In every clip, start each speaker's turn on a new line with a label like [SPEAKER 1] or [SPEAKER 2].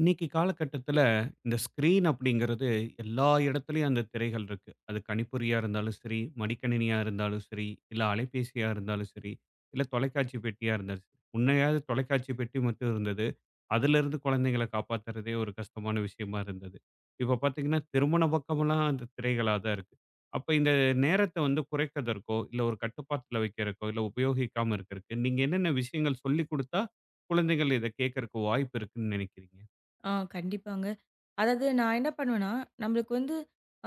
[SPEAKER 1] இன்னைக்கு காலகட்டத்துல இந்த ஸ்க்ரீன் அப்படிங்கிறது எல்லா இடத்துலயும் அந்த திரைகள் இருக்கு. அது கணிப்பொறியா இருந்தாலும் சரி, மடிக்கணினியா இருந்தாலும் சரி, இல்ல அலைபேசியா இருந்தாலும் சரி, இல்ல தொலைக்காட்சி பெட்டியா இருந்தாலும் சரி. முன்னையாவது தொலைக்காட்சி பெட்டி மட்டும் இருந்தது. அதிலிருந்து குழந்தைங்கள காப்பாத்துறதே ஒரு கஷ்டமான விஷயமா இருந்தது. இப்ப பார்த்தீங்கன்னா, திருமண பக்கமெல்லாம் அந்த திரைகளா தான் இருக்கு. அப்ப இந்த நேரத்த வந்து குறைக்கிறதற்கோ, இல்ல ஒரு கட்டுப்பாட்டுல வைக்கிறக்கோ, இல்ல உபயோகிக்காம இருக்கறக்கு, நீங்க என்னென்ன விஷயங்கள் சொல்லிக் குடுத்தா, குழந்தைகள் இத கேட்கறக்கு வாய்ப்பு இருக்குன்னு நினைக்கிறீங்க?
[SPEAKER 2] ஆ கண்டிப்பாங்க. அதாவது நான் என்ன பண்ணுவேன்னா, நம்மளுக்கு வந்து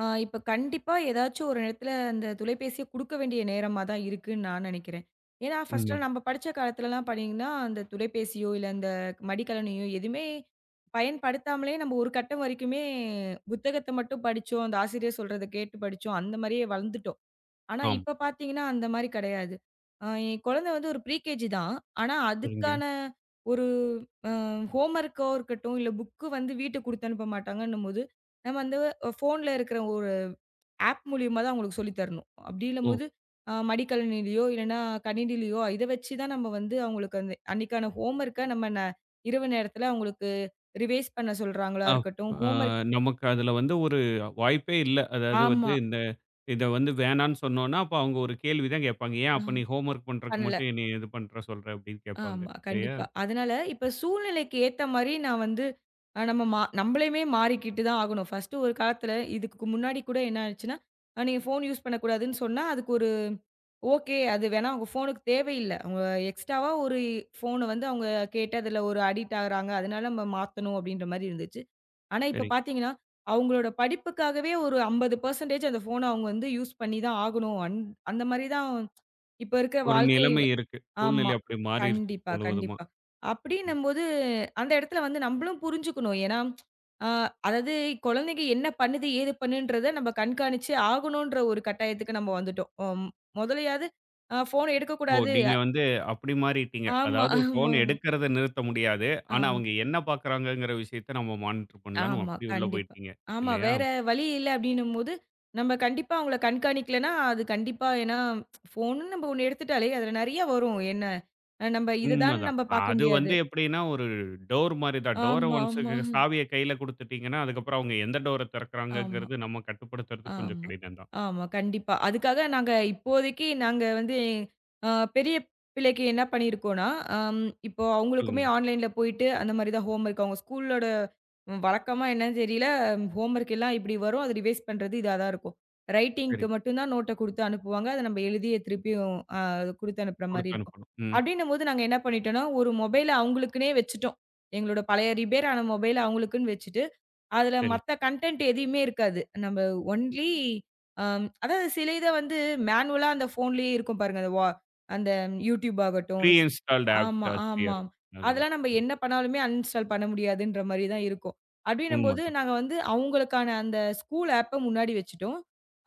[SPEAKER 2] இப்ப கண்டிப்பா ஏதாச்சும் ஒரு இடத்துல அந்த தொலைபேசிய குடுக்க வேண்டிய நேரமா தான் இருக்குன்னு நான் நெனைக்கிறேன். ஏன்னா,
[SPEAKER 1] உண்மதான்.
[SPEAKER 2] ஃபர்ஸ்ட்லாம் நம்ம படிச்ச காலத்துலலாம் பார்த்தீங்கன்னா, அந்த தொலைபேசியோ, இல்ல அந்த மடிக்கணினியோ எதுவுமே பயன்படுத்தாமலே நம்ம ஒரு கட்டம் வரைக்குமே புத்தகத்த மட்டும் படிச்சோம். அந்த ஆசிரியர் சொல்றத கேட்டு படிச்சோம். அந்த மாரியே வளர்ந்துட்டோம். ஆனா,
[SPEAKER 1] ஆமா.
[SPEAKER 2] இப்ப பார்த்தீங்கன்னா, அந்த மாரி கிடையாது. என் குழந்தை வந்து ஒரு ப்ரீகேஜி தான். ஆனா,
[SPEAKER 1] சரிங்க.
[SPEAKER 2] அதுக்கான ஒரு அ ஹோம் ஒர்க்கோ இருக்கட்டும், இல்ல புக்கு வந்து வீட்டுக்கு குடுத்து அனுப்ப மாட்டாங்கன்னும்போது, நம்ம அந்த ஃபோன்ல இருக்கிற ஒரு ஆப் மூலியமா தான் அவங்களுக்கு சொல்லி தரணும்.
[SPEAKER 1] ஓ!
[SPEAKER 2] அப்படின்னும்போது, மடிக்கணினிலயோ, இல்லன்னா கணினிலயோ இத வச்சு தான் நம்ம வந்து அவங்களுக்கு அந்த அன்னைக்கான ஹோம் ஒர்க்க நம்ம இரவு நேரத்துல அவங்களுக்கு ரிவைஸ் பண்ண சொல்றாங்களா
[SPEAKER 1] அ
[SPEAKER 2] இருக்கட்டும்,
[SPEAKER 1] அ
[SPEAKER 2] ஹோம் ஒர்க்.
[SPEAKER 1] நமக்கு அதுல வந்து ஒரு வாய்ப்பே இல்ல. அதாவது வந்து
[SPEAKER 2] ஆமா.
[SPEAKER 1] இந்த இத வந்து வேணான்னு சொன்னோம்னா, அப்ப அவங்க ஒரு கேள்வி தான் கேட்பாங்க. "ஏன்
[SPEAKER 2] ஆ.
[SPEAKER 1] அப்ப நீ ஹோம் ஒர்க் பண்றதுக்கு
[SPEAKER 2] பண்ணல.
[SPEAKER 1] மட்டும் என்னைய இது பண்ற சொல்ற?" அப்படின்னு கேட்பாங்க.
[SPEAKER 2] ஆமா.
[SPEAKER 1] இல்லையா?
[SPEAKER 2] கண்டிப்பா. அதனால இப்ப சூழ்நிலைக்கு ஏத்த மாரி நான் வந்து நம்ம நம்பளையுமே மாறிக்கிட்டு தான் ஆகணும். ஃபர்ஸ்ட்டு ஒரு காலத்துல இதுக்கு முன்னாடி கூட என்ன ஆச்சுன்னா, நீங்க ஃபோன் யூஸ் பண்ணக்கூடாதுன்னு சொன்னா, அதுக்கு ஒரு ஓகே. அது வேணா அவங்க ஃபோனுக்கு தேவையில்ல. அவங்க எக்ஸ்ட்ராவா ஒரு ஃபோன வந்து அவங்க கேட்டு அதுல ஒரு அடிக்ட் ஆகுறாங்க. அதனால நம்ம மாத்தணும் அப்படின்ற மாரி இருந்துச்சு. ஆனா இப்ப
[SPEAKER 1] சரி.
[SPEAKER 2] பார்த்தீங்கன்னா, அவங்களோட படிப்புக்காகவே ஒரு 50% அந்த ஃபோன அவங்க வந்து யூஸ் பண்ணி தான் ஆகணும். அந்த மாரி தான் இப்ப இருக்கிற
[SPEAKER 1] ஒரு
[SPEAKER 2] வாழ்க்கை.
[SPEAKER 1] நிலைமை இருக்கு.
[SPEAKER 2] ஆமா.
[SPEAKER 1] சூழ்நிலை அப்படி மாறிருச்சு
[SPEAKER 2] கண்டிப்பா,
[SPEAKER 1] முழுவதுமா.
[SPEAKER 2] கண்டிப்பா.
[SPEAKER 1] ம்.
[SPEAKER 2] அப்படின்னும்போது, அந்த இடத்துல வந்து நம்பளும் புரிஞ்சுக்கணும். ஏன்னா, அ அதாவது குழந்தைங்க என்ன பண்ணுது, ஏது பண்ணுன்றத நம்ம கண்காணிச்சு ஆகணுன்ற ஒரு கட்டாயத்துக்கு நம்ம வந்துட்டோம். முதலையாவது ஃபோன
[SPEAKER 1] ஓ!
[SPEAKER 2] எடுக்கக்கூடாது.
[SPEAKER 1] நீங்க
[SPEAKER 2] அ-.
[SPEAKER 1] வந்து அப்படி மாறிட்டீங்க.
[SPEAKER 2] ஆமா,
[SPEAKER 1] அதாவது ஃபோன்
[SPEAKER 2] ஆமா,
[SPEAKER 1] எடுக்கிறத நிறுத்த முடியாது. ஆனா
[SPEAKER 2] ஆமா.
[SPEAKER 1] அவங்க என்ன பார்க்குறாங்கங்கிற விஷயத்த நம்ம மானிட்டர்
[SPEAKER 2] ஆமா,
[SPEAKER 1] பண்ணலாம்ன்னு
[SPEAKER 2] ஆமா.
[SPEAKER 1] அப்படி உள்ள
[SPEAKER 2] கண்டிப்பா.
[SPEAKER 1] போயிட்டீங்க.
[SPEAKER 2] ஆமா.
[SPEAKER 1] இல்லையா?
[SPEAKER 2] வேற வழி இல்ல அப்படின்னும்போது, நம்ம கண்டிப்பா அவங்கள கண்காணிக்கலன்னா, அது கண்டிப்பா ஏன்னா ஃபோனுன்னு நம்ம ஒண்ணு எடுத்துட்டாலே, அதுல நெறைய வரும். என்ன, நம்ம இதுதான்னு
[SPEAKER 1] உண்மதான்.
[SPEAKER 2] நம்ம பார்க்க
[SPEAKER 1] அது வந்து
[SPEAKER 2] முடியாது.
[SPEAKER 1] எப்படின்னா, ஒரு டோர் மாரி தான். டோர
[SPEAKER 2] ஆமா,
[SPEAKER 1] ஒன்ஸுக்கு
[SPEAKER 2] ஆமா.
[SPEAKER 1] சாவிய கையில குடுத்துட்டீங்கன்னா, அதுக்கப்புறம் அவங்க எந்த டோர
[SPEAKER 2] ஆமா.
[SPEAKER 1] திறக்குறாங்கங்கிறது நம்ம கட்டுப்படுத்துறது கொஞ்சம்
[SPEAKER 2] ஆமா.
[SPEAKER 1] கடினம் தான்.
[SPEAKER 2] ஆமா. கண்டிப்பா. அதுக்காக நாங்க இப்போதைக்கு நாங்க வந்து அ பெரிய பிள்ளைக்கு என்ன பண்ணியிருக்கோம்னா, இப்போ அவங்களுக்குமே
[SPEAKER 1] சொல்லுங்க.
[SPEAKER 2] ஆன்லைன்ல போயிட்டு அந்த மாரி தான் ஹோம் ஒர்க். அவங்க ஸ்கூலோட வழக்கமா என்னன்னு தெரியல, ஹோம் ஒர்க் எல்லாம் இப்படி வரும். அது ரிவைஸ் பண்றது இதா தான் இருக்கும். ரைட்டிங்க்கு
[SPEAKER 1] சரி.
[SPEAKER 2] மட்டும் தான் நோட்ட குடுத்து அனுப்புவாங்க. அத நம்ம எழுதிய திருப்பியும் குடுத்து அனுப்புற மாரி
[SPEAKER 1] குடுத்து
[SPEAKER 2] இருக்கும்.
[SPEAKER 1] அனுப்பணும். ம்.
[SPEAKER 2] அப்படின்னும்போது நாங்க என்ன பண்ணிட்டோம்னா, ஒரு மொபைல அவங்களுக்குன்னே வச்சுட்டோம். எங்களோட பழைய ரிப்பேர் ஆன மொபைல அவங்களுக்குன்னு வச்சுட்டு அதுல
[SPEAKER 1] சரி.
[SPEAKER 2] மத்த கன்டென்ட் எதையுமே இருக்காது. நம்ம ஒன்லி அதாவது சில இத வந்து மேனுவலா அந்த ஃபோன்லயே இருக்கும் பாருங்க. அந்த யூடியூப் ஆகட்டும்.
[SPEAKER 1] ப்ரீ இன்ஸ்டால்டு ஆப்ஸ்
[SPEAKER 2] ஆமா,
[SPEAKER 1] அதுலயே
[SPEAKER 2] ஆமா.
[SPEAKER 1] இருக்கும் அதுல.
[SPEAKER 2] அதெல்லாம் நம்ம
[SPEAKER 1] ம்.
[SPEAKER 2] என்ன பண்ணாலுமே அன்இன்ஸ்டால் பண்ண முடியாதுன்ற மாரி தான் இருக்கும். அப்டின்னும்போது
[SPEAKER 1] உண்மதான்.
[SPEAKER 2] நாங்க வந்து அவங்களுக்கான அந்த ஸ்கூல் ஆப்ப முன்னாடி வச்சுட்டோம்.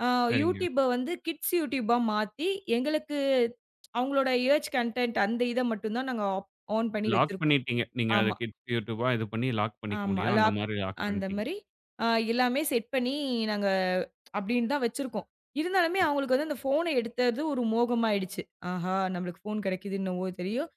[SPEAKER 2] ஆ,
[SPEAKER 1] சரிங்க.
[SPEAKER 2] யூடியூப வந்து கிட்ஸ் யூடியூபா மாத்தி எங்களுக்கு அவங்களோட ஏஜ் கன்டென்ட் அந்த இத மட்டும் தான் நாங்க ஆப் ஆன் பண்ணி
[SPEAKER 1] லாக்
[SPEAKER 2] வச்சிருக்கோம்.
[SPEAKER 1] பண்ணிட்டீங்க. நீங்க அத
[SPEAKER 2] ஆமா.
[SPEAKER 1] கிட்ஸ் யூடியூபா இது பண்ணி லாக் பண்ணிக்க
[SPEAKER 2] ஆமா.
[SPEAKER 1] முடியும். அந்த
[SPEAKER 2] லாக்
[SPEAKER 1] மாரி லாக்
[SPEAKER 2] அந்த
[SPEAKER 1] பண்ணிட்டீங்க.
[SPEAKER 2] மாரி அ எல்லாமே செட் பண்ணி நாங்க அப்டின்னு தான் வச்சிருக்கோம். இருந்தாலுமே
[SPEAKER 1] சரி.
[SPEAKER 2] அவங்களுக்கு வந்து அந்த ஃபோன எடுத்தது ஒரு மோகமாயிடுச்சு. ஆஹா! நம்மளுக்கு ஃபோன் கிடைக்குது என்னவோ தெரியும்.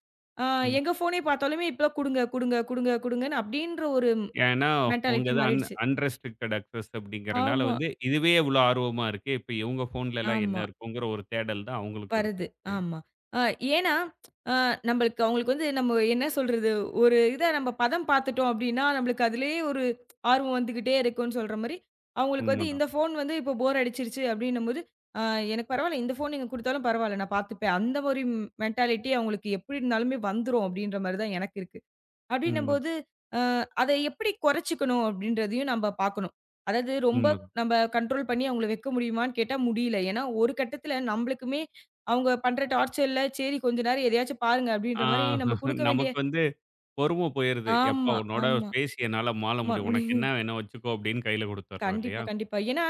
[SPEAKER 2] அ
[SPEAKER 1] ம்.
[SPEAKER 2] எங்க ஃபோனே பார்த்தாலுமே இப்பலாம் குடுங்க, குடுங்க, குடுங்க, குடுங்கன்னு அப்டின்ற ஒரு
[SPEAKER 1] ஏன்னா, உங்க
[SPEAKER 2] மென்டாலிட்டி
[SPEAKER 1] இது
[SPEAKER 2] மாறிடுச்சு.
[SPEAKER 1] அன்ரெஸ்ட்ரிக்டட் அக்சஸ் அப்படிங்கிறனால
[SPEAKER 2] ஆமா,
[SPEAKER 1] வந்து, இதுவே இவ்வளோ ஆர்வமா இருக்கு. இப்ப இவங்க ஃபோன்லலாம் என்ன
[SPEAKER 2] ஆமா.
[SPEAKER 1] இருக்குங்கிற ஒரு தேடல் தான் அவங்களுக்கும்
[SPEAKER 2] வருது.
[SPEAKER 1] இருக்கும்.
[SPEAKER 2] ஆமா. அ ஏன்னா, அ நம்பளுக்கு அவங்களுக்கு வந்து நம்ம என்ன சொல்றது? ஒரு இத நம்ம பதம் பார்த்துட்டோம் அப்டின்னா, நம்பளுக்கு அதிலேயே ஒரு ஆர்வம் வந்துகிட்டே இருக்கும்ன்னு சொல்ற மாரி, அவங்களுக்கு வந்து
[SPEAKER 1] உண்மதான்,
[SPEAKER 2] இந்த ஃபோன் வந்து இப்போ போர் அடிச்சிருச்சு அப்டின்னும்போது, "அ எனக்கு பரவால்ல. இந்த ஃபோன் நீங்க குடுத்தாலும் பரவால்ல. நான் பார்த்துப்பேன்." அந்த ஒரு மென்டாலிட்டி அவங்களுக்கு எப்டி இருந்தாலுமே வந்துரும் அப்டின்ற மாரி தான் எனக்கு இருக்கு.
[SPEAKER 1] உண்மதான்,
[SPEAKER 2] அப்படின்னம்போது, அ அத எப்படி குறைச்சுக்கணும் அப்படின்றதையும் நம்ப பார்க்கணும். அதாவது ரொம்ப
[SPEAKER 1] உண்மதான்.
[SPEAKER 2] நம்ப கண்ட்ரோல் பண்ணி அவங்கள வைக்க முடியுமான்னு கேட்டா முடியல. ஏன்னா, ஒரு கட்டத்தில நம்பளுக்குமே அவங்க பண்ற டார்ச்சர்ல, சரி கொஞ்ச நேரம் எதையாச்சும் பாருங்க
[SPEAKER 1] ஆ
[SPEAKER 2] அப்படின்ற மாரி நம்ம குடுக்க வேண்டிய.
[SPEAKER 1] நமக்கு வந்து பொறும போயிருது. "எப்பா
[SPEAKER 2] ஆமா,
[SPEAKER 1] உன்னோட
[SPEAKER 2] ஆமா.
[SPEAKER 1] பேசி என்னால மாள
[SPEAKER 2] ஆமா.
[SPEAKER 1] முடியும். உனக்கு என்ன வேணும் வச்சுக்கோ" அப்படின்னு கையில குடுத்துடுறோம்
[SPEAKER 2] கண்டிப்பா,
[SPEAKER 1] இல்லையா?
[SPEAKER 2] கண்டிப்பா. ஏன்னா,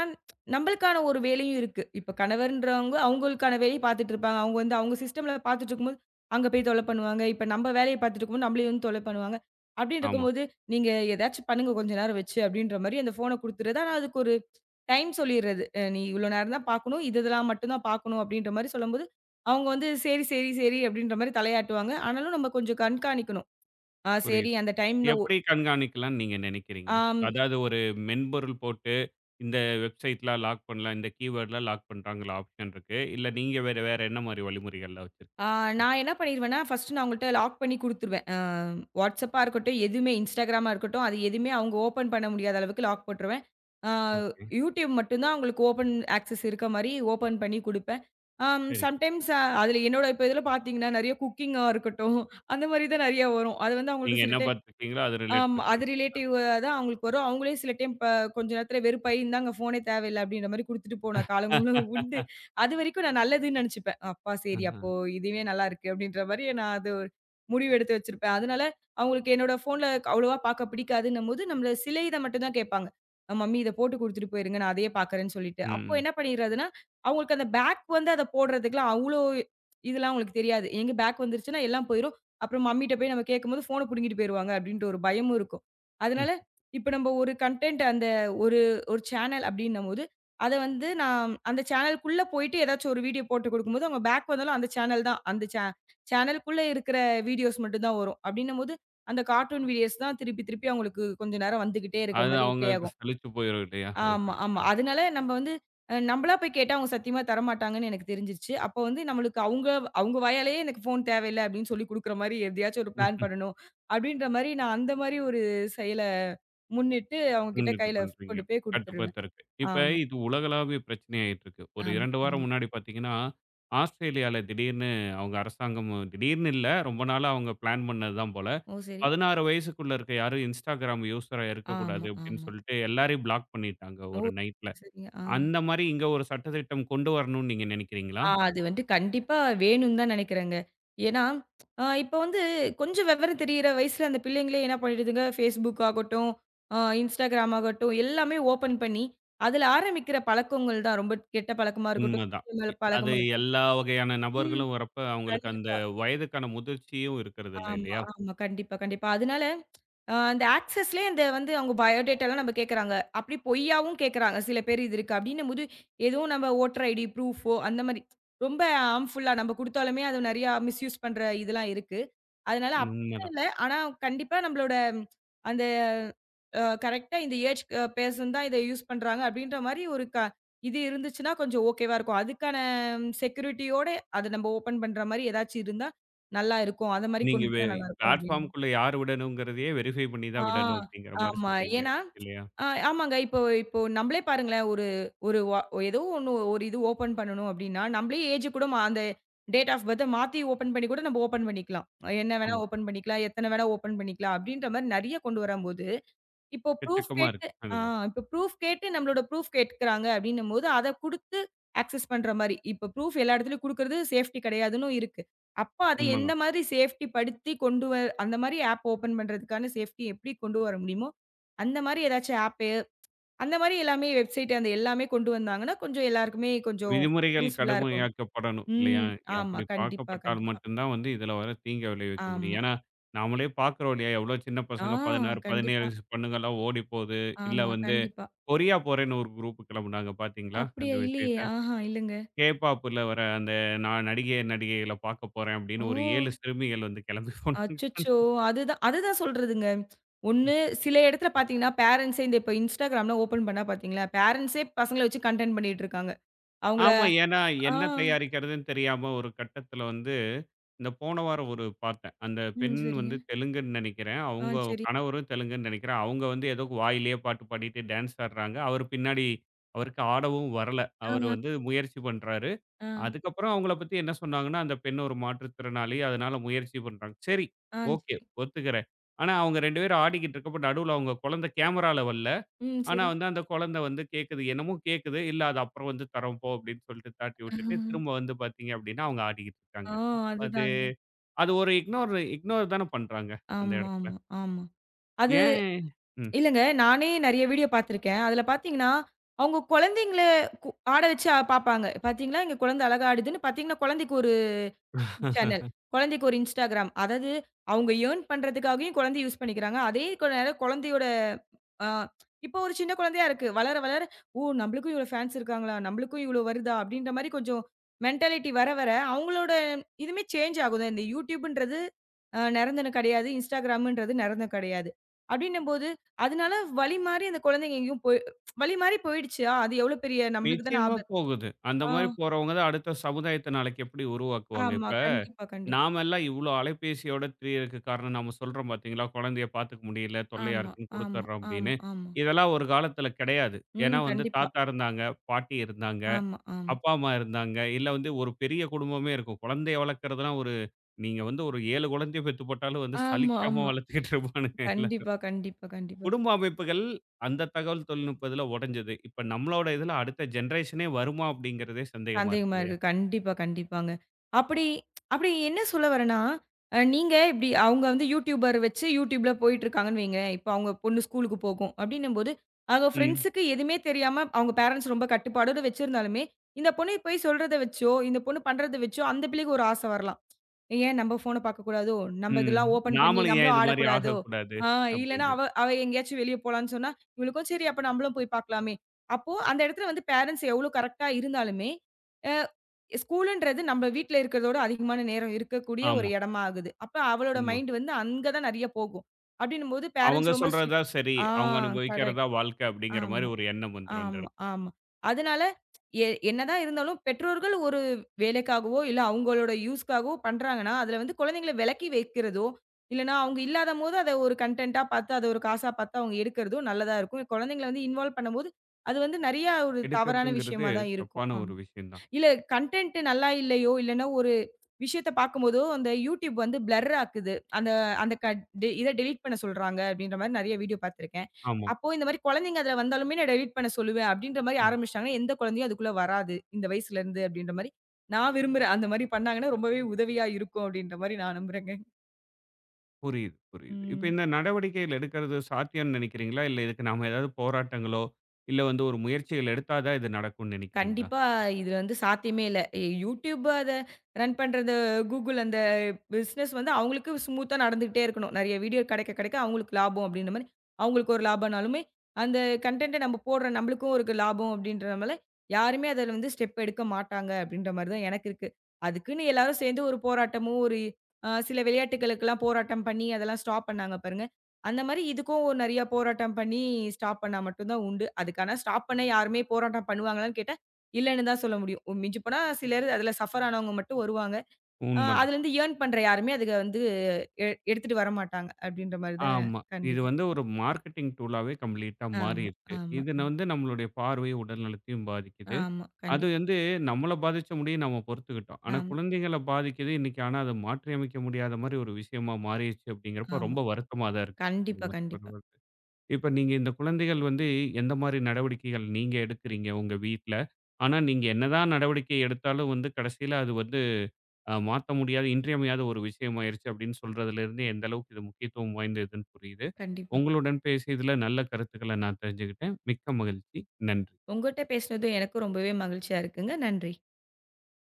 [SPEAKER 2] நம்மளுக்கான ஒரு வேலையும் இருக்கு. இப்ப கணவர்ன்றவங்க அவங்களுக்கான வேலைய பார்த்துட்டு இருப்பாங்க. அவங்க வந்து அவங்க சிஸ்டம்ல பார்த்துட்டு இருக்கும்போது, அங்க போய் தொல்ல பண்ணுவாங்க. இப்ப நம்ம வேலைய பார்த்துட்டு இருக்கும்போது, நம்மளையும் வந்து தொல்ல பண்ணுவாங்க. அப்படின்னு
[SPEAKER 1] ஆமா,
[SPEAKER 2] இருக்கும்போது, "நீங்க ஏதாச்சும் பண்ணுங்க கொஞ்ச நேரம் வச்சு" அப்படின்ற மாரி அந்த ஃபோன குடுத்துறது. ஆனா, அதுக்கு ஒரு டைம் சொல்லிர்றது. "நீ இவ்வளோ நேரம் தான் பார்க்கணும். இது இதெல்லாம் மட்டும் தான் பார்க்கணும்" அப்படின்ற மாரி சொல்லும்போது, அவங்க வந்து சரி, சரி, சரி அப்படின்ற மாரி தலையாட்டுவாங்க. ஆனாலும் நம்ம கொஞ்சம் கண்காணிக்கணும். ஆ சரி
[SPEAKER 1] புரியுது.
[SPEAKER 2] அந்த டைம்ல
[SPEAKER 1] எப்படி கண்காணிக்கலாம்ன்னு நீங்க நினைக்கிறீங்க?
[SPEAKER 2] ஆம்.
[SPEAKER 1] அதாவது ஒரு மென்பொருள் போட்டு, இந்த வெப்சைட்லாம் லாக் பண்ணலாம், இந்த கீவேர்ட்லாம் லாக் பண்றாங்கல்ல ஆப்ஷன் இருக்கு. இல்ல நீங்க வேற வேற என்ன மாரி வழிமுறைகள்லாம் வச்சிருக்கீங்க?
[SPEAKER 2] ஆ, நான் என்ன பண்ணிருவேன்னா, ஃபர்ஸ்ட் நான் அவங்கள்ட்ட லாக் பண்ணி குடுத்துருவேன். WhatsApp-ஆ இருக்கட்டும், எதுவுமே Instagram-ஆ இருக்கட்டும், அது எதுவுமே அவங்க ஓப்பன் பண்ண முடியாத அளவுக்கு லாக் போட்டுருவேன். ஆ,
[SPEAKER 1] ஓகே,
[SPEAKER 2] YouTube மட்டும் தான் அவங்களுக்கு ஓப்பன் ஆக்சஸ் இருக்க மாரி ஓப்பன் பண்ணி குடுப்பேன்.
[SPEAKER 1] சரி.
[SPEAKER 2] சம்டைம்ஸ் அதுல என்னோட இப்ப இதுல பார்த்தீங்கன்னா, நெறைய குக்கிங்கா இருக்கட்டும், அந்த மாரி தான் நெறைய வரும். அது வந்து
[SPEAKER 1] நீங்க
[SPEAKER 2] அவங்களுக்கு சில
[SPEAKER 1] என்ன
[SPEAKER 2] டைம்.
[SPEAKER 1] பார்த்துருக்கீங்களோ அது ரிலேட்
[SPEAKER 2] ஆமா. அது
[SPEAKER 1] இருக்குங்க.
[SPEAKER 2] ரிலேட்டிவ் தான் அவங்களுக்கு வரும். அவங்களே சில டைம் கொஞ்ச நேரத்தில வெறுப்பாயி, "இந்தாங்க ஃபோனே தேவையில்ல." அப்படின்ற மாரி குடுத்துட்டு போன காலங்களும் உண்டு. அதுவரைக்கும் நான் நல்லதுன்னு நெனச்சுப்பேன். "அப்பா சரி அப்போ இதுவே நல்லாருக்கு." அப்படின்ற மாரி நான் அது ஒரு முடிவு எடுத்து வச்சிருப்பேன். அதனால அவங்களுக்கு என்னோட ஃபோன்ல அவ்வளவா பார்க்க பிடிக்காதுன்னும்போது, நம்மள சில இத மட்டும் தான் கேட்பாங்க. "மம்மி இத போட்டு குடுத்துட்டு போயிருங்க. நான் அதையே பார்க்குறேன்னு" சொல்லிட்டு. அப்போ
[SPEAKER 1] ம்,
[SPEAKER 2] என்ன பண்ணிர்றதுன்னா, அவங்களுக்கு அந்த பேக் வந்து அத போடுறதுக்குலாம் அவ்ளோ இதெல்லாம் அவங்களுக்கு தெரியாது. எங்க பேக் வந்துருச்சுன்னா எல்லாம் போயிரும். அப்புறம் மம்மிட்ட போய் நம்ம கேட்கும்போது ஃபோன புடுங்கிட்டு போயிருவாங்க அப்டின்ற ஒரு பயமும் இருக்கும்.
[SPEAKER 1] ம்.
[SPEAKER 2] அதனால இப்ப நம்ம ஒரு கன்டென்ட் அந்த ஒரு ஒரு சேனல் அப்டின்னம்போது, அத வந்து நான் அந்த சேனலுக்குள்ள போயிட்டு ஏதாச்சும் ஒரு வீடியோ போட்டு குடுக்கும்போது, அவங்க பேக் வந்தாலும் அந்த சேனல் தான். அந்த சே சேனலுக்குள்ள இருக்கிற வீடியோஸ் மட்டும் தான் வரும். அப்டின்னம்போது, அந்த கார்ட்டூன் வீடியோஸ் தான் திருப்பி திருப்பி அவங்களுக்கு கொஞ்ச நேரம் வந்துகிட்டே இருக்க
[SPEAKER 1] அது
[SPEAKER 2] மாரி ப்ளே
[SPEAKER 1] அவங்களுக்கு
[SPEAKER 2] ஆகும்.
[SPEAKER 1] சலிச்சு போயிரும் இல்லையா? ஒரு
[SPEAKER 2] ஆமா, ஆமா.
[SPEAKER 1] கட்டத்துல.
[SPEAKER 2] அதனால நம்ம வந்து நம்பளா போய் கேட்டா அவங்க சத்தியமா தரமாட்டாங்கன்னு எனக்கு தெரிஞ்சிருச்சு. அப்போ வந்து நம்மளுக்கு அவங்க அவங்க வாயாலேயே எனக்கு ஃபோன் தேவையில்ல அப்படின்னு சொல்லி குடுக்குற மாரி எதையாச்சும் ஒரு பிளான்
[SPEAKER 1] ம்.
[SPEAKER 2] பண்ணணும். அப்படின்ற மாரி நான் அந்த மாரி ஒரு செயல முன்னிட்டு அவங்க கிட்ட
[SPEAKER 1] முன்னுக்கு
[SPEAKER 2] கையில
[SPEAKER 1] பண்றீங்க.
[SPEAKER 2] கொண்டு போய் குடுத்துருவேன்.
[SPEAKER 1] கட்டுப்படுத்த இருக்கு. இப்ப
[SPEAKER 2] ஆமா,
[SPEAKER 1] இது உலகளாவிய பிரச்சனையாயிட்டு இருக்கு. ஒரு
[SPEAKER 2] ஆமா,
[SPEAKER 1] 2 வாரம்
[SPEAKER 2] ஆமா.
[SPEAKER 1] முன்னாடி பார்த்தீங்கன்னா, ஆஸ்திரேலியால திடீர்னு அவங்க அரசாங்கம் திடீர்னு இல்ல. ரொம்ப நாளா அவங்க பிளான் பண்ணது தான் போல.
[SPEAKER 2] ஓ! சரி.
[SPEAKER 1] 16 வயசுக்குள்ள இருக்க யாரும் Instagram யூசரா இருக்கக்கூடாது
[SPEAKER 2] ஆமா,
[SPEAKER 1] அப்படின்னு
[SPEAKER 2] ஆமா.
[SPEAKER 1] சொல்லிட்டு எல்லாரையும் பிளாக் பண்ணிட்டாங்க
[SPEAKER 2] ஓ!
[SPEAKER 1] ஒரு நைட்ல.
[SPEAKER 2] சரிங்க. ஆ.
[SPEAKER 1] அந்த மாரி இங்க ஒரு சட்டத்திட்டம் கொண்டு வரணும்னு நீங்க நினைக்கிறீங்களா?
[SPEAKER 2] ஆ, அது வந்து கண்டிப்பா வேணும்னு தான் நெனைக்கிறேங்க. ஏன்னா, இப்ப வந்து கொஞ்சம் விவரம் தெரியிற வயசுல அந்த பிள்ளைங்களே என்ன பண்ணிடுதுங்க, Facebook ஆகட்டும், Instagram ஆகட்டும் எல்லாமே ஓப்பன் பண்ணி, அதுல ஆரம்பிக்கிற பழக்கங்கள் தான். ரொம்ப கெட்ட பழக்கமா இருக்கட்டும்,
[SPEAKER 1] உண்மதான்.
[SPEAKER 2] நல்ல
[SPEAKER 1] எ அது
[SPEAKER 2] பழக்கமா இருக்கட்டும்.
[SPEAKER 1] எல்லா வகையான
[SPEAKER 2] ம்.
[SPEAKER 1] நபர்களும் வரப்ப அவங்களுக்கு அந்த
[SPEAKER 2] கண்டிப்பா.
[SPEAKER 1] வயதுக்கான முதிர்ச்சியும் இருக்கிறது இல்ல
[SPEAKER 2] ஆமா,
[SPEAKER 1] இல்லையா?
[SPEAKER 2] ஆமா. கண்டிப்பா, கண்டிப்பா. அதனால அந்த ஆக்சஸ்லயே அந்த வந்து அவங்க பயோடேட்டாலாம் நம்ம கேட்கறாங்க. அப்படி பொய்யாவும் கேட்கறாங்க. சில பேர் இது இருக்கு. அப்படின்னும்போது ஏதோ நம்ம வோட்டர் ஐடி ப்ரூஃபோ அந்த மாரி ரொம்ப ஹார்ம்ஃபுல்லா நம்ம குடுத்தாலுமே அது நெறையா மிஸ்யூஸ் பண்ற இதெல்லாம் இருக்கு. அதனால
[SPEAKER 1] உண்மதான்.
[SPEAKER 2] அப்படிலாம் இல்ல. ஆனா கண்டிப்பா நம்மளோட அந்த கரெக்ட்டா இந்த ஏஜ் பெர்சன் தான் இத யூஸ் பண்றாங்க அப்படின்ற மாரி ஒரு இது இருந்துச்சுன்னா கொஞ்சம் ஓகேவா இருக்கும். அதுக்கான செக்யூரிட்டியோட அத நம்ம ஓப்பன் பண்ற மாரி ஏதாச்சும் இருந்தா நல்லா இருக்கும். அந்த மாரி
[SPEAKER 1] நீங்க
[SPEAKER 2] கொண்டு
[SPEAKER 1] வே
[SPEAKER 2] வந்தா நல்லா இருக்கும் அப்படின்னு.
[SPEAKER 1] பிளாட்ஃபார்ம்குள்ள யார் விடணுங்கிறதையே வெரிஃபை பண்ணி
[SPEAKER 2] ஆ,
[SPEAKER 1] தான் விடணும் அப்படிங்கிற மாரி
[SPEAKER 2] ஆமா.
[SPEAKER 1] சொல்றீங்க.
[SPEAKER 2] ஏன்னா
[SPEAKER 1] இல்லையா?
[SPEAKER 2] ஆமாங்க. இப்போ இப்போ நம்பளே பாருங்களேன். ஒரு ஒரு வா ஏதோ ஒண்ணு ஒரு இது ஓப்பன் பண்ணணும் அப்படின்னா, நம்பளே ஏஜ் கூட அந்த டேட் ஆஃப் பர்த்த மாத்தி ஓப்பன் பண்ணி கூட நம்ம ஓப்பன் பண்ணிக்கலாம். என்ன வேணா
[SPEAKER 1] ஆமா.
[SPEAKER 2] ஓப்பன் பண்ணிக்கலாம். எத்தன வேணா ஓப்பன் பண்ணிக்கலாம். அப்படின்ற மாரி நெறைய கொண்டு வரம்போது இப்போ ப்ரூஃப்
[SPEAKER 1] எக்கச்சக்கமா
[SPEAKER 2] கேட்டு
[SPEAKER 1] இருக்கு. அது
[SPEAKER 2] ஆ,
[SPEAKER 1] மாரி.
[SPEAKER 2] இப்போ ப்ரூஃப் கேட்டு நம்மளோட ப்ரூஃப் கேட்கறாங்க அப்படின்னும்போது, அத குடுத்து அக்சஸ் பண்ற மாரி. இப்ப ப்ரூஃப் எல்லா இடத்துலயும் குடுக்கறது சேஃப்டி கிடையாதுன்னும் இருக்கு. அப்ப அத எந்த
[SPEAKER 1] உண்மதான்.
[SPEAKER 2] மாரி சேஃப்டி படுத்தி கொண்டு அந்த மாரி ஆப் ஓப்பன் பண்றதுக்கான சேஃப்டி எப்படி கொண்டு வர முடியுமோ, அந்த மாரி ஏதாச்சும் ஆப்பு, அந்த மாரி எல்லாமே வெப்சைட் அந்த எல்லாமே கொண்டு வந்தாங்கன்னா, கொஞ்சம் எல்லாருக்குமே கொஞ்சம்
[SPEAKER 1] விதிமுறைகள்
[SPEAKER 2] யூஸ்ஃபுல்லா இருக்கும்.
[SPEAKER 1] கடுமையாக்கப்படணும். இல்லையா?
[SPEAKER 2] ம். ஆமா.
[SPEAKER 1] அப்படி
[SPEAKER 2] கண்டிப்பா,
[SPEAKER 1] பார்க்கப்பட்டால்
[SPEAKER 2] கண்டிப்பா.
[SPEAKER 1] மட்டும் தான் வந்து இதில வர தீங்க விளைவிக்க முடியும்.
[SPEAKER 2] ஆமா.
[SPEAKER 1] ஏன்னா, நாமளே பார்க்கிறோம் இல்லையா? எவ்வளோ சின்ன
[SPEAKER 2] ஆ,
[SPEAKER 1] பசங்க 16, 17
[SPEAKER 2] கண்டிப்பா.
[SPEAKER 1] வயசு பொண்ணுங்கலாம் ஓடி போகுது. இல்ல
[SPEAKER 2] ஆமா,
[SPEAKER 1] வந்து
[SPEAKER 2] கண்டிப்பா.
[SPEAKER 1] கொரியா போறேன்னு ஒரு குரூப் கிளம்புனாங்க பார்த்தீங்களா?
[SPEAKER 2] அப்படியா?
[SPEAKER 1] அந்த
[SPEAKER 2] இல்லையே.
[SPEAKER 1] விஷயத்த.
[SPEAKER 2] ஆஹா, இல்லங்க.
[SPEAKER 1] K-பாப்ல வர அந்த நான் நடிகை, நடிகைகள பார்க்க போறேன் அப்படின்னு
[SPEAKER 2] ஓ!
[SPEAKER 1] ஒரு 7 சிறுமிகள் வந்து கிளம்பி போனாங்க.
[SPEAKER 2] அச்சச்சோ! அதுதான் அதுதான் சொல்றதுங்க. ஒண்ணு சில இடத்துல பார்த்தீங்கன்னா, பேரண்ட்ஸே இந்த இப்ப Instagramலாம் ஓப்பன் பண்ணா பார்த்தீங்களா, பேரண்ட்ஸே பசங்கள வச்சு கன்டென்ட் பண்ணிட்டு இருக்காங்க. அவங்கள
[SPEAKER 1] ஆமா. ஏன்னா,
[SPEAKER 2] ஆ,
[SPEAKER 1] என்ன தயாரிக்கிறதுன்னு தெரியாம ஒரு கட்டத்தில வந்து, இந்த போன வாரம் ஒரு பார்த்தேன். அந்த
[SPEAKER 2] ம்.
[SPEAKER 1] பெண்
[SPEAKER 2] சரிங்க.
[SPEAKER 1] வந்து தெலுங்குன்னு நெனைக்கிறேன்.
[SPEAKER 2] ஆ,
[SPEAKER 1] அவுங்க
[SPEAKER 2] சரி.
[SPEAKER 1] கணவரும் தெலுங்குன்னு நெனைக்கிறேன். அவுங்க வந்து ஏதோ வாயிலேயே பாட்டு பாடிட்டு டான்ஸ் ஆடுறாங்க. அவரு பின்னாடி அவருக்கு ஆடவும் வரல. அவரு
[SPEAKER 2] ஆ,
[SPEAKER 1] வந்து முயற்சி பண்றாரு.
[SPEAKER 2] ஆ,
[SPEAKER 1] அதுக்கப்புறம் அவுங்கள பத்தி என்ன சொன்னாங்கன்னா, அந்த பெண் ஒரு மாற்றுத்திறனாளி. அதனால முயற்சி பண்றாங்க. சரி,
[SPEAKER 2] ஆ,
[SPEAKER 1] ஓகே
[SPEAKER 2] சரி.
[SPEAKER 1] ஒத்துக்கிறேன். ஆனா, அவுங்க 2 பேரும் ஆடிக்கிட்டு இருக்கப்ப நடுவுல அவுங்க குழந்தை கேமரால வல்ல.
[SPEAKER 2] ம்.
[SPEAKER 1] ஆனா
[SPEAKER 2] சரி.
[SPEAKER 1] வந்து அந்த குழந்தை வந்து கேட்குது. என்னமோ கேட்குது. இல்ல அது அப்புறம் வந்து தரோம் போ அப்படின்னு சொல்லிட்டு தாட்டி விட்டுட்டு, திரும்ப வந்து பார்த்தீங்க அப்படின்னா, அவங்க ஆடிக்கிட்டு இருக்காங்க.
[SPEAKER 2] ஆ,
[SPEAKER 1] அப்ப அது
[SPEAKER 2] அதுதான்.
[SPEAKER 1] அது ஒரு இக்னோர் இக்னோர் தான பண்றாங்க அந்த
[SPEAKER 2] ஆமா,
[SPEAKER 1] இடத்துல.
[SPEAKER 2] ஆமா, ஆமா. அது
[SPEAKER 1] ஏன் ம்.
[SPEAKER 2] இல்லங்க, நானே நெறைய வீடியோ பார்த்துருக்கேன். அதுல பார்த்தீங்கன்னா, அவங்க குழந்தைங்கள ஆட வச்சு பார்ப்பாங்க. பார்த்தீங்களா, எங்க குழந்தை அழகா ஆடுதுன்னு பார்த்தீங்கன்னா, குழந்தைக்கு ஒரு சேனல். குழந்தைக்கு ஒரு Instagram. அதாவது அவங்க ஏர்ன் பண்றதுக்காகவும் குழந்தை யூஸ் பண்ணிக்கிறாங்க. அதே நேரம் குழந்தையோட அ இப்போ ஒரு சின்ன குழந்தையா இருக்கு. வளர, வளர "ஓ! நம்மளுக்கும் இவ்வளோ ஃபேன்ஸ் இருக்காங்களா? நம்மளுக்கும் இவ்வளோ வருதா?" அப்படின்ற மாரி கொஞ்சம் மென்டாலிட்டி வர, வர அவங்களோட இதுவுமே சேஞ்ச் ஆகுது. இந்த YouTubeன்றது நிரந்தரம் கிடையாது. Instagramன்றது நிரந்தரம் கிடையாது. அப்படின்னும்போது, அதனால வழி மாறி அந்த குழந்தைங்க எங்கேயும் போய் வழி மாறி போயிடுச்சா, அது எவ்வளோ பெரிய நம்மளுக்கு தானே
[SPEAKER 1] நிச்சயமா
[SPEAKER 2] ஆபத்து.
[SPEAKER 1] போகுது. அந்த
[SPEAKER 2] ஆ,
[SPEAKER 1] மாரி போறவங்க தான் அடுத்த சமுதாயத்த நாளைக்கு எப்படி உருவாக்குவாங்க.
[SPEAKER 2] ஆமா.
[SPEAKER 1] இப்ப
[SPEAKER 2] கண்டிப்பா, கண்டிப்பா.
[SPEAKER 1] நாமெல்லாம் இவ்வளோ அலைபேசியோட திரியறதுக்கு காரணம் நாம சொல்றோம் பார்த்தீங்களா, குழந்தைய பார்த்துக்க முடியல, தொல்லையா
[SPEAKER 2] ஆமா,
[SPEAKER 1] இருக்குன்னு
[SPEAKER 2] ஆமா,
[SPEAKER 1] குடுத்துடுறோம் அப்படின்னு.
[SPEAKER 2] ஆமா, ஆமா.
[SPEAKER 1] இதெல்லாம் ஒரு காலத்துல கிடையாது. ஏன்னா
[SPEAKER 2] ம்.
[SPEAKER 1] வந்து
[SPEAKER 2] கண்டிப்பா.
[SPEAKER 1] தாத்தா இருந்தாங்க, பாட்டி இருந்தாங்க.
[SPEAKER 2] ஆமா, ஆமா.
[SPEAKER 1] அப்பா, அம்மா இருந்தாங்க. இல்ல வந்து ஒரு பெரிய குடும்பமே இருக்கும். குழந்தைய வளர்க்கிறதுலாம் ஒரு நீங்க வந்து ஒரு 7 குழந்தைய பெத்து போட்டாலும் வந்து
[SPEAKER 2] ஆமா,
[SPEAKER 1] சலிக்காம
[SPEAKER 2] ஆமா.
[SPEAKER 1] வளர்த்துக்கிட்டு இருப்பானுங்க எல்லாரும்.
[SPEAKER 2] கண்டிப்பா, கண்டிப்பா, கண்டிப்பா.
[SPEAKER 1] குடும்ப அமைப்புகள் அந்த தகவல் தொழில்நுட்பத்துல உடைஞ்சது. இப்ப நம்மளோட இதுல அடுத்த ஜெனரேஷனே வருமா அப்படிங்கிறதே சந்தேகமா இருக்கு
[SPEAKER 2] சந்தேகமா
[SPEAKER 1] இல்லையா?
[SPEAKER 2] இருக்கு. கண்டிப்பா, கண்டிப்பாங்க. அப்படி அப்படி என்ன சொல்ல வரேன்னா, நீங்க இப்படி அவங்க வந்து யூடியூபர் வச்சு யூடியூப்ல போயிட்டுருக்காங்கன்னு வைங்களேன். இப்ப அவங்க பொண்ணு ஸ்கூலுக்கு போகும் அப்படின்னும்போது, அவங்க
[SPEAKER 1] ம்,
[SPEAKER 2] ஃப்ரெண்ட்ஸுக்கு எதுவுமே தெரியாம அவங்க பேரண்ட்ஸ் ரொம்ப கட்டுப்பாடோட வச்சிருந்தாலுமே, இந்த பொண்ணு போய் சொல்றத வச்சோ, இந்த பொண்ணு பண்றத வச்சோ, அந்த பிள்ளைக்கு ஒரு ஆசை வரலாம். ஏன் நம்ம ஃபோன பார்க்கக்கூடாதோ? நம்ம
[SPEAKER 1] ம்.
[SPEAKER 2] இதெல்லாம் ஓப்பன் பண்ணி
[SPEAKER 1] நாமளும் ஏன்
[SPEAKER 2] நம்மளும்
[SPEAKER 1] இது மாரி
[SPEAKER 2] ஆடக்கூடாதோ?
[SPEAKER 1] ஆகக்கூடாது
[SPEAKER 2] ஆ, இல்லன்னா
[SPEAKER 1] அப்படின்னு.
[SPEAKER 2] அவ அவ எங்கேயாச்சும் வெளிய போலான்னு சொன்னா, இவளுக்கும் சரி அப்ப நம்மளும் போய் பார்க்கலாமே. அப்போ அந்த இடத்துல வந்து பேரண்ட்ஸ் எவ்வளோ கரெக்ட்டா இருந்தாலுமே அ ஸ்கூலுன்றது நம்ம வீட்ல இருக்கிறதோட அதிகமான நேரம் இருக்கக்கூடிய ஒரு
[SPEAKER 1] ஆமா,
[SPEAKER 2] இடமா ஆகுது. அப்ப அவளோட
[SPEAKER 1] உண்ம.
[SPEAKER 2] மைண்ட் வந்து அங்க தான் நெறைய போகும். அப்டின்னும்போது
[SPEAKER 1] அவங்க
[SPEAKER 2] பேரண்ட்ஸ் ரொம்ப
[SPEAKER 1] சொல்றது
[SPEAKER 2] ஸ்ட்ரிக்
[SPEAKER 1] தான் சரி.
[SPEAKER 2] ஆ,
[SPEAKER 1] அவங்க அனுபவிக்கிறது
[SPEAKER 2] கரெக்ட்.
[SPEAKER 1] தான் வாழ்க்கை அப்படிங்கிற மாரி
[SPEAKER 2] ஆமா,
[SPEAKER 1] ஒரு எண்ணம் வந்துரும் அந்த
[SPEAKER 2] ஆமா,
[SPEAKER 1] இடத்துல.
[SPEAKER 2] ஆமா. அதனால என்னதான் இருந்தாலும் பெற்றோர்கள் ஒரு வேலைக்காகவோ, இல்ல அவங்களோட யூஸ்க்காகவோ பண்றாங்கன்னா, அதுல வந்து குழந்தைங்கள விலக்கி வைக்கிறதோ, இல்லன்னா அவங்க இல்லாதம்போது அத ஒரு கன்டென்ட்டா பார்த்து, அத ஒரு காசா பார்த்து அவங்க எடுக்கிறதும் நல்லதா இருக்கும். குழந்தைங்கள வந்து இன்வால்வ் பண்ணும்போது, அது வந்து நெறைய ஒரு தவறான
[SPEAKER 1] எடுக்கிறதுங்கிறது
[SPEAKER 2] விஷயமா தான் இருக்கும்.
[SPEAKER 1] தப்பான
[SPEAKER 2] ஆமா.
[SPEAKER 1] ஒரு விஷயம் தான்.
[SPEAKER 2] இல்ல, கன்டென்ட் நல்லா இல்லையோ! இல்லன்னா ஒரு விஷயத்த பார்க்கும்போதோ, அந்த YouTube வந்து பிளர் ஆக்குது. அந்த அந்த க இத டெலீட் பண்ண சொல்றாங்க அப்டின்ற மாரி நெறைய வீடியோ பார்த்துருக்கேன்.
[SPEAKER 1] ஆமா.
[SPEAKER 2] அப்போ இந்த மாரி குழந்தைங்க அதுல வந்தாலுமே நான் டெலீட் பண்ண சொல்லுவேன் அப்டின்ற மாரி ஆரம்பிச்சுட்டாங்கன்னா, எந்த குழந்தையும் அதுக்குள்ள வராது. இந்த வயசுல இருந்து அப்டின்ற மாரி நான் விரும்புறேன். அந்த மாரி பண்ணாங்கன்னா ரொம்பவே உதவியா இருக்கும் அப்டின்ற மாரி நான் நம்புறேங்க.
[SPEAKER 1] புரியுது, புரியுது. இப்ப
[SPEAKER 2] ம்.
[SPEAKER 1] இந்த நடவடிக்கைகள் எடுக்கிறது சாத்தியம்ன்னு நினைக்கிறீங்களா? இல்ல இதுக்கு நாம ஏதாவது போராட்டங்களோ, இல்ல வந்து ஒரு முயற்சிகள் எடுத்தா தான் இது நடக்கும்ன்னு நினைக்கிறீங்களா?
[SPEAKER 2] கண்டிப்பா, இது வந்து சாத்தியமே இல்ல. YouTube அத ரன் பண்றது Google அந்த பிசினஸ் வந்து அவங்களுக்கு ஸ்மூத்தா நடந்துகிட்டே இருக்கணும். நெறைய வீடியோ கிடைக்க, கிடைக்க அவங்களுக்கு லாபம் அப்படின்ற மாரி, அவங்களுக்கு ஒரு லாபம்னாலுமே, அந்த கன்டென்ட்ட நம்ம போடுற நம்மளுக்கும் ஒரு லாபம் அப்படின்றனால, யாருமே அதுல வந்து ஸ்டெப் எடுக்க மாட்டாங்க அப்படின்ற மாரி தான் எனக்கு இருக்கு. அதுக்குன்னு எல்லாரும் சேர்ந்து ஒரு போராட்டமும், ஒரு சில விளையாட்டுகளுக்கெல்லாம் போராட்டம் பண்ணி அதெல்லாம் ஸ்டாப் பண்ணாங்க பாருங்க. அந்த மாரி இதுக்கும் நெறைய போராட்டம் பண்ணி ஸ்டாப் பண்ணா மட்டும் தான் உண்டு. அதுக்கான ஸ்டாப் பண்ண யாருமே போராட்டம் பண்ணுவாங்களான்னு கேட்டா இல்லன்னு தான் சொல்ல முடியும். மிஞ்சி போனா சிலர் அதுல சஃபர் ஆனவங்க மட்டும் வருவாங்க.
[SPEAKER 1] உண்மதான்.
[SPEAKER 2] அதுலருந்து ஏர்ன் பண்ற யாருமே அதுக வந்து எடுத்துட்டு வரமாட்டாங்க அப்டின்ற மாரி தான்
[SPEAKER 1] ஆமா. இது
[SPEAKER 2] கண்டிப்பா.
[SPEAKER 1] வந்து ஒரு மார்க்கெட்டிங் டூலாவே கம்ப்ளீட்டா
[SPEAKER 2] ஆமா,
[SPEAKER 1] மாறிருச்சு.
[SPEAKER 2] ஆமா,
[SPEAKER 1] இது
[SPEAKER 2] ம்.
[SPEAKER 1] வந்து நம்மளுடைய பார்வை, உடல் நலத்தையும் பாதிக்குது.
[SPEAKER 2] ஆமா.
[SPEAKER 1] அது
[SPEAKER 2] கண்டிப்பா.
[SPEAKER 1] வந்து நம்மள பாதிச்ச முடியும் நம்ம பொறுத்துக்கிட்டோம். ஆனா
[SPEAKER 2] ஆமா,
[SPEAKER 1] குழந்தைகள பாதிக்குது இன்னைக்கு. ஆனா அத மாற்றியமைக்க முடியாத மாரி ஒரு விஷயமா மாறிருச்சு அப்படிங்கிறப்ப
[SPEAKER 2] ஆமா.
[SPEAKER 1] ரொம்ப வருத்தமா தான் இருக்கு. இந்த
[SPEAKER 2] கண்டிப்பா, கண்டிப்பா,
[SPEAKER 1] மாரி இப்ப நீங்க இந்த குழந்தைகள் வந்து எந்த மாரி நடவடிக்கைகள் நீங்க எடுக்குறீங்க உங்க வீட்ல? ஆனா, நீங்க என்னதான் நடவடிக்கை எடுத்தாலும் வந்து கடைசியில அது வந்து அ மாத்த முடியாத, இன்றியமையாத ஒரு விஷயமாயிருச்சு அப்படின்னு சொல்றதுலேருந்து எந்த அளவுக்கு இது முக்கியத்துவம் வாய்ந்ததுன்னு புரியுது.
[SPEAKER 2] கண்டிப்பா.
[SPEAKER 1] உங்களுடன் பேசியதுல நல்ல கருத்துக்கள நான் தெரிஞ்சுக்கிட்டேன். மிக்க மகிழ்ச்சி. நன்றி.
[SPEAKER 2] உங்கட்ட பேசினதும் எனக்கும் ரொம்பவே மகிழ்ச்சியா இருக்குங்க. நன்றி.